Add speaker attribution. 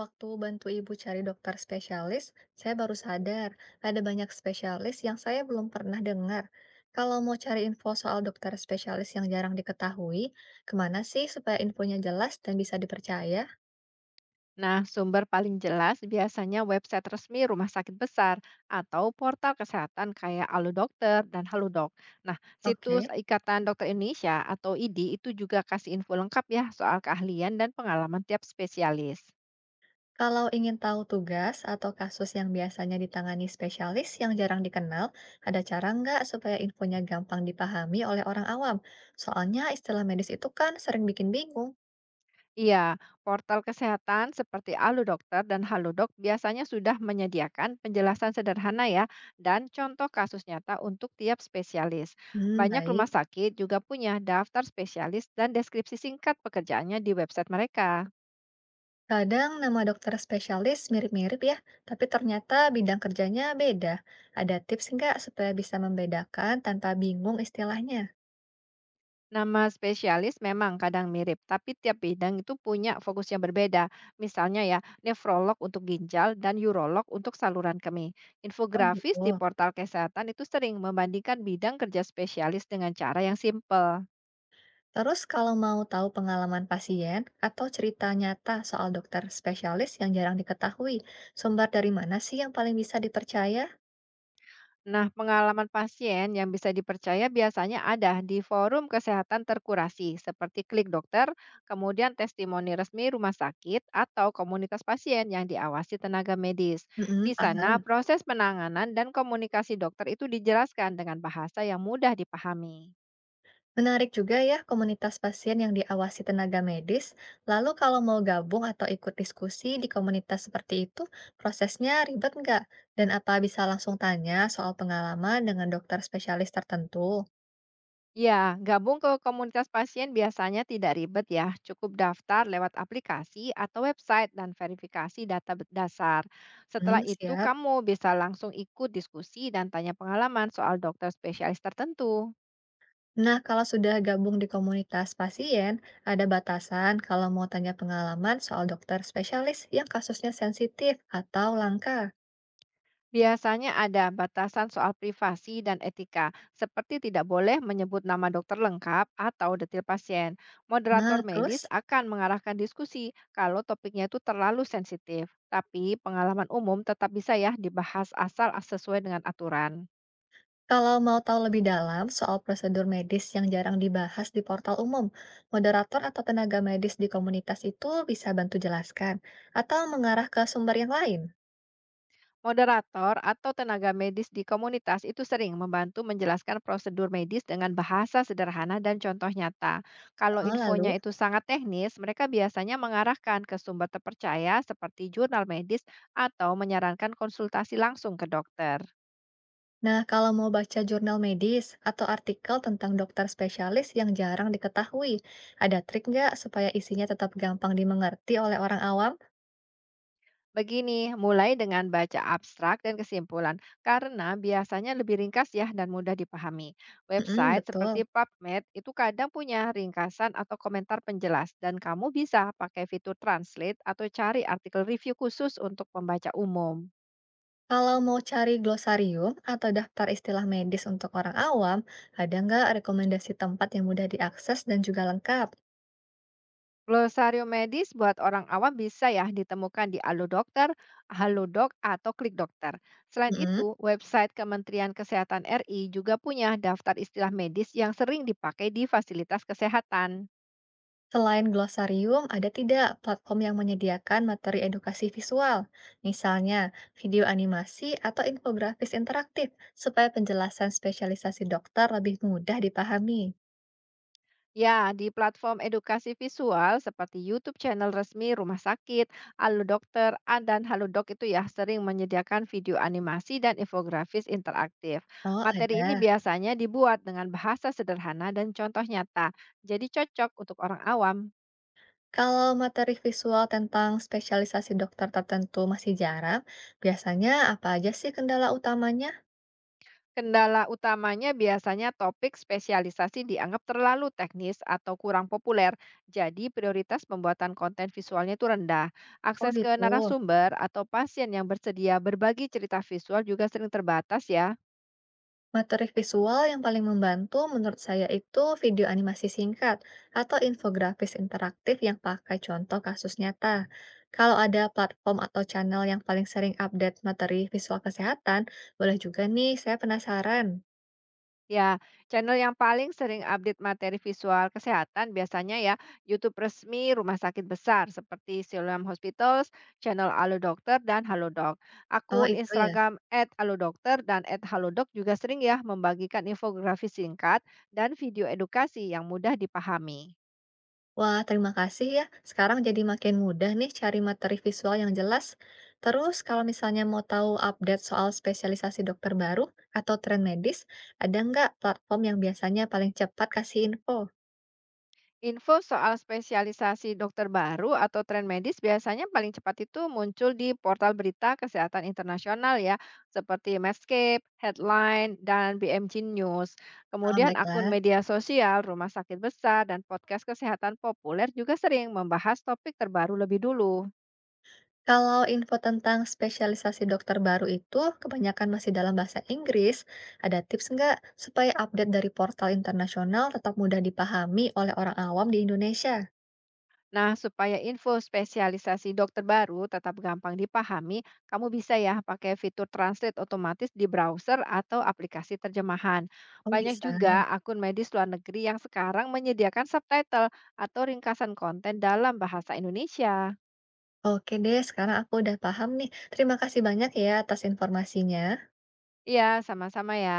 Speaker 1: Waktu bantu ibu cari dokter spesialis, saya baru sadar ada banyak spesialis yang saya belum pernah dengar. Kalau mau cari info soal dokter spesialis yang jarang diketahui, kemana sih supaya infonya jelas dan bisa dipercaya?
Speaker 2: Nah, sumber paling jelas biasanya website resmi rumah sakit besar atau portal kesehatan kayak Alu dan Halodoc. Nah,
Speaker 1: Oke,
Speaker 2: situs Ikatan Dokter Indonesia atau IDI itu juga kasih info lengkap ya soal keahlian dan pengalaman tiap spesialis.
Speaker 1: kalau ingin tahu tugas atau kasus yang biasanya ditangani spesialis yang jarang dikenal, ada cara nggak supaya infonya gampang dipahami oleh orang awam? Soalnya istilah medis itu kan sering bikin bingung.
Speaker 2: Iya, portal kesehatan seperti Alu Dokter dan Halodoc biasanya sudah menyediakan penjelasan sederhana ya dan contoh kasus nyata untuk tiap spesialis.
Speaker 1: Hmm,
Speaker 2: Banyak
Speaker 1: baik.
Speaker 2: rumah sakit juga punya daftar spesialis dan deskripsi singkat pekerjaannya di website mereka.
Speaker 1: Kadang nama dokter spesialis mirip-mirip ya, tapi ternyata bidang kerjanya beda. Ada tips nggak supaya bisa membedakan tanpa bingung istilahnya?
Speaker 2: Nama spesialis memang kadang mirip, tapi tiap bidang itu punya fokus yang berbeda. Misalnya ya, nefrolog untuk ginjal dan urolog untuk saluran kemih.
Speaker 1: Oh
Speaker 2: Infografis di
Speaker 1: gitu.
Speaker 2: portal kesehatan itu sering membandingkan bidang kerja spesialis dengan cara yang simpel.
Speaker 1: Terus kalau mau tahu pengalaman pasien atau cerita nyata soal dokter spesialis yang jarang diketahui, sumber dari mana sih yang paling bisa dipercaya?
Speaker 2: Nah, pengalaman pasien yang bisa dipercaya biasanya ada di forum kesehatan terkurasi seperti Klik Dokter, kemudian testimoni resmi rumah sakit atau komunitas pasien yang diawasi tenaga medis.
Speaker 1: Mm-mm,
Speaker 2: Di sana,
Speaker 1: paham.
Speaker 2: proses penanganan dan komunikasi dokter itu dijelaskan dengan bahasa yang mudah dipahami.
Speaker 1: Menarik juga ya komunitas pasien yang diawasi tenaga medis. Lalu kalau mau gabung atau ikut diskusi di komunitas seperti itu, prosesnya ribet nggak? Dan apa bisa langsung tanya soal pengalaman dengan dokter spesialis tertentu?
Speaker 2: Ya, gabung ke komunitas pasien biasanya tidak ribet ya. Cukup daftar lewat aplikasi atau website dan verifikasi data dasar.
Speaker 1: Hmm,
Speaker 2: Setelah itu,
Speaker 1: siap.
Speaker 2: kamu bisa langsung ikut diskusi dan tanya pengalaman soal dokter spesialis tertentu.
Speaker 1: Nah, kalau sudah gabung di komunitas pasien, ada batasan kalau mau tanya pengalaman soal dokter spesialis yang kasusnya sensitif atau langka.
Speaker 2: Biasanya ada batasan soal privasi dan etika, seperti tidak boleh menyebut nama dokter lengkap atau detail pasien. Moderator
Speaker 1: Nah,
Speaker 2: medis
Speaker 1: terus?
Speaker 2: akan mengarahkan diskusi kalau topiknya itu terlalu sensitif, tapi pengalaman umum tetap bisa ya dibahas asal sesuai dengan aturan.
Speaker 1: Kalau mau tahu lebih dalam soal prosedur medis yang jarang dibahas di portal umum, moderator atau tenaga medis di komunitas itu bisa bantu jelaskan atau mengarah ke sumber yang lain.
Speaker 2: Moderator atau tenaga medis di komunitas itu sering membantu menjelaskan prosedur medis dengan bahasa sederhana dan contoh nyata. Kalau
Speaker 1: Oh,
Speaker 2: infonya
Speaker 1: lalu,
Speaker 2: itu sangat teknis, mereka biasanya mengarahkan ke sumber terpercaya seperti jurnal medis atau menyarankan konsultasi langsung ke dokter.
Speaker 1: nah kalau mau baca jurnal medis atau artikel tentang dokter spesialis yang jarang diketahui, ada trik nggak supaya isinya tetap gampang dimengerti oleh orang awam?
Speaker 2: Begini, mulai dengan baca abstrak dan kesimpulan, karena biasanya lebih ringkas ya dan mudah dipahami.
Speaker 1: Mm
Speaker 2: Website seperti
Speaker 1: betul.
Speaker 2: PubMed itu kadang punya ringkasan atau komentar penjelas, dan kamu bisa pakai fitur translate atau cari artikel review khusus untuk pembaca umum.
Speaker 1: Kalau mau cari glosarium atau daftar istilah medis untuk orang awam, ada nggak rekomendasi tempat yang mudah diakses dan juga lengkap?
Speaker 2: Glosarium medis buat orang awam bisa ya ditemukan di Alu Dokter, Halodoc, atau Klik Dokter. Selain
Speaker 1: Mm-mm.
Speaker 2: itu, website Kementerian Kesehatan RI juga punya daftar istilah medis yang sering dipakai di fasilitas kesehatan.
Speaker 1: Selain glosarium, ada tidak platform yang menyediakan materi edukasi visual, misalnya video animasi atau infografis interaktif, supaya penjelasan spesialisasi dokter lebih mudah dipahami?
Speaker 2: Ya, di platform edukasi visual seperti YouTube channel resmi rumah sakit, Halo Dokter, dan Halo itu ya sering menyediakan video animasi dan infografis interaktif.
Speaker 1: Oh,
Speaker 2: Materi ini
Speaker 1: ada.
Speaker 2: biasanya dibuat dengan bahasa sederhana dan contoh nyata, jadi cocok untuk orang awam.
Speaker 1: Kalau materi visual tentang spesialisasi dokter tertentu masih jarang, biasanya apa aja sih kendala utamanya?
Speaker 2: Kendala utamanya biasanya topik spesialisasi dianggap terlalu teknis atau kurang populer, jadi prioritas pembuatan konten visualnya itu rendah.
Speaker 1: Oh
Speaker 2: Akses ke
Speaker 1: gitu.
Speaker 2: narasumber atau pasien yang bersedia berbagi cerita visual juga sering terbatas ya.
Speaker 1: Materi visual yang paling membantu menurut saya itu video animasi singkat atau infografis interaktif yang pakai contoh kasus nyata. Kalau ada platform atau channel yang paling sering update materi visual kesehatan, boleh juga nih, saya penasaran.
Speaker 2: Ya, channel yang paling sering update materi visual kesehatan biasanya ya YouTube resmi rumah sakit besar seperti Siloam Hospitals, channel Halo Dokter dan Halodoc.
Speaker 1: Oh
Speaker 2: Akun
Speaker 1: itu ya.
Speaker 2: Instagram @halodokter dan @halodoc juga sering ya membagikan infografis singkat dan video edukasi yang mudah dipahami.
Speaker 1: Wah, terima kasih ya. Sekarang jadi makin mudah nih cari materi visual yang jelas. Terus, kalau misalnya mau tahu update soal spesialisasi dokter baru atau tren medis, ada nggak platform yang biasanya paling cepat kasih info?
Speaker 2: Info soal spesialisasi dokter baru atau tren medis biasanya paling cepat itu muncul di portal berita kesehatan internasional ya, seperti Medscape, Headline, dan BMG News.
Speaker 1: Ah,
Speaker 2: Kemudian akun
Speaker 1: baiklah.
Speaker 2: media sosial, rumah sakit besar, dan podcast kesehatan populer juga sering membahas topik terbaru lebih dulu.
Speaker 1: Kalau info tentang spesialisasi dokter baru itu kebanyakan masih dalam bahasa Inggris, ada tips nggak supaya update dari portal internasional tetap mudah dipahami oleh orang awam di Indonesia?
Speaker 2: Nah, supaya info spesialisasi dokter baru tetap gampang dipahami, kamu bisa ya pakai fitur translate otomatis di browser atau aplikasi terjemahan.
Speaker 1: Oh,
Speaker 2: Banyak
Speaker 1: bisa.
Speaker 2: juga akun medis luar negeri yang sekarang menyediakan subtitle atau ringkasan konten dalam bahasa Indonesia.
Speaker 1: Oke deh, sekarang aku udah paham nih. Terima kasih banyak ya atas informasinya.
Speaker 2: Iya, sama-sama ya.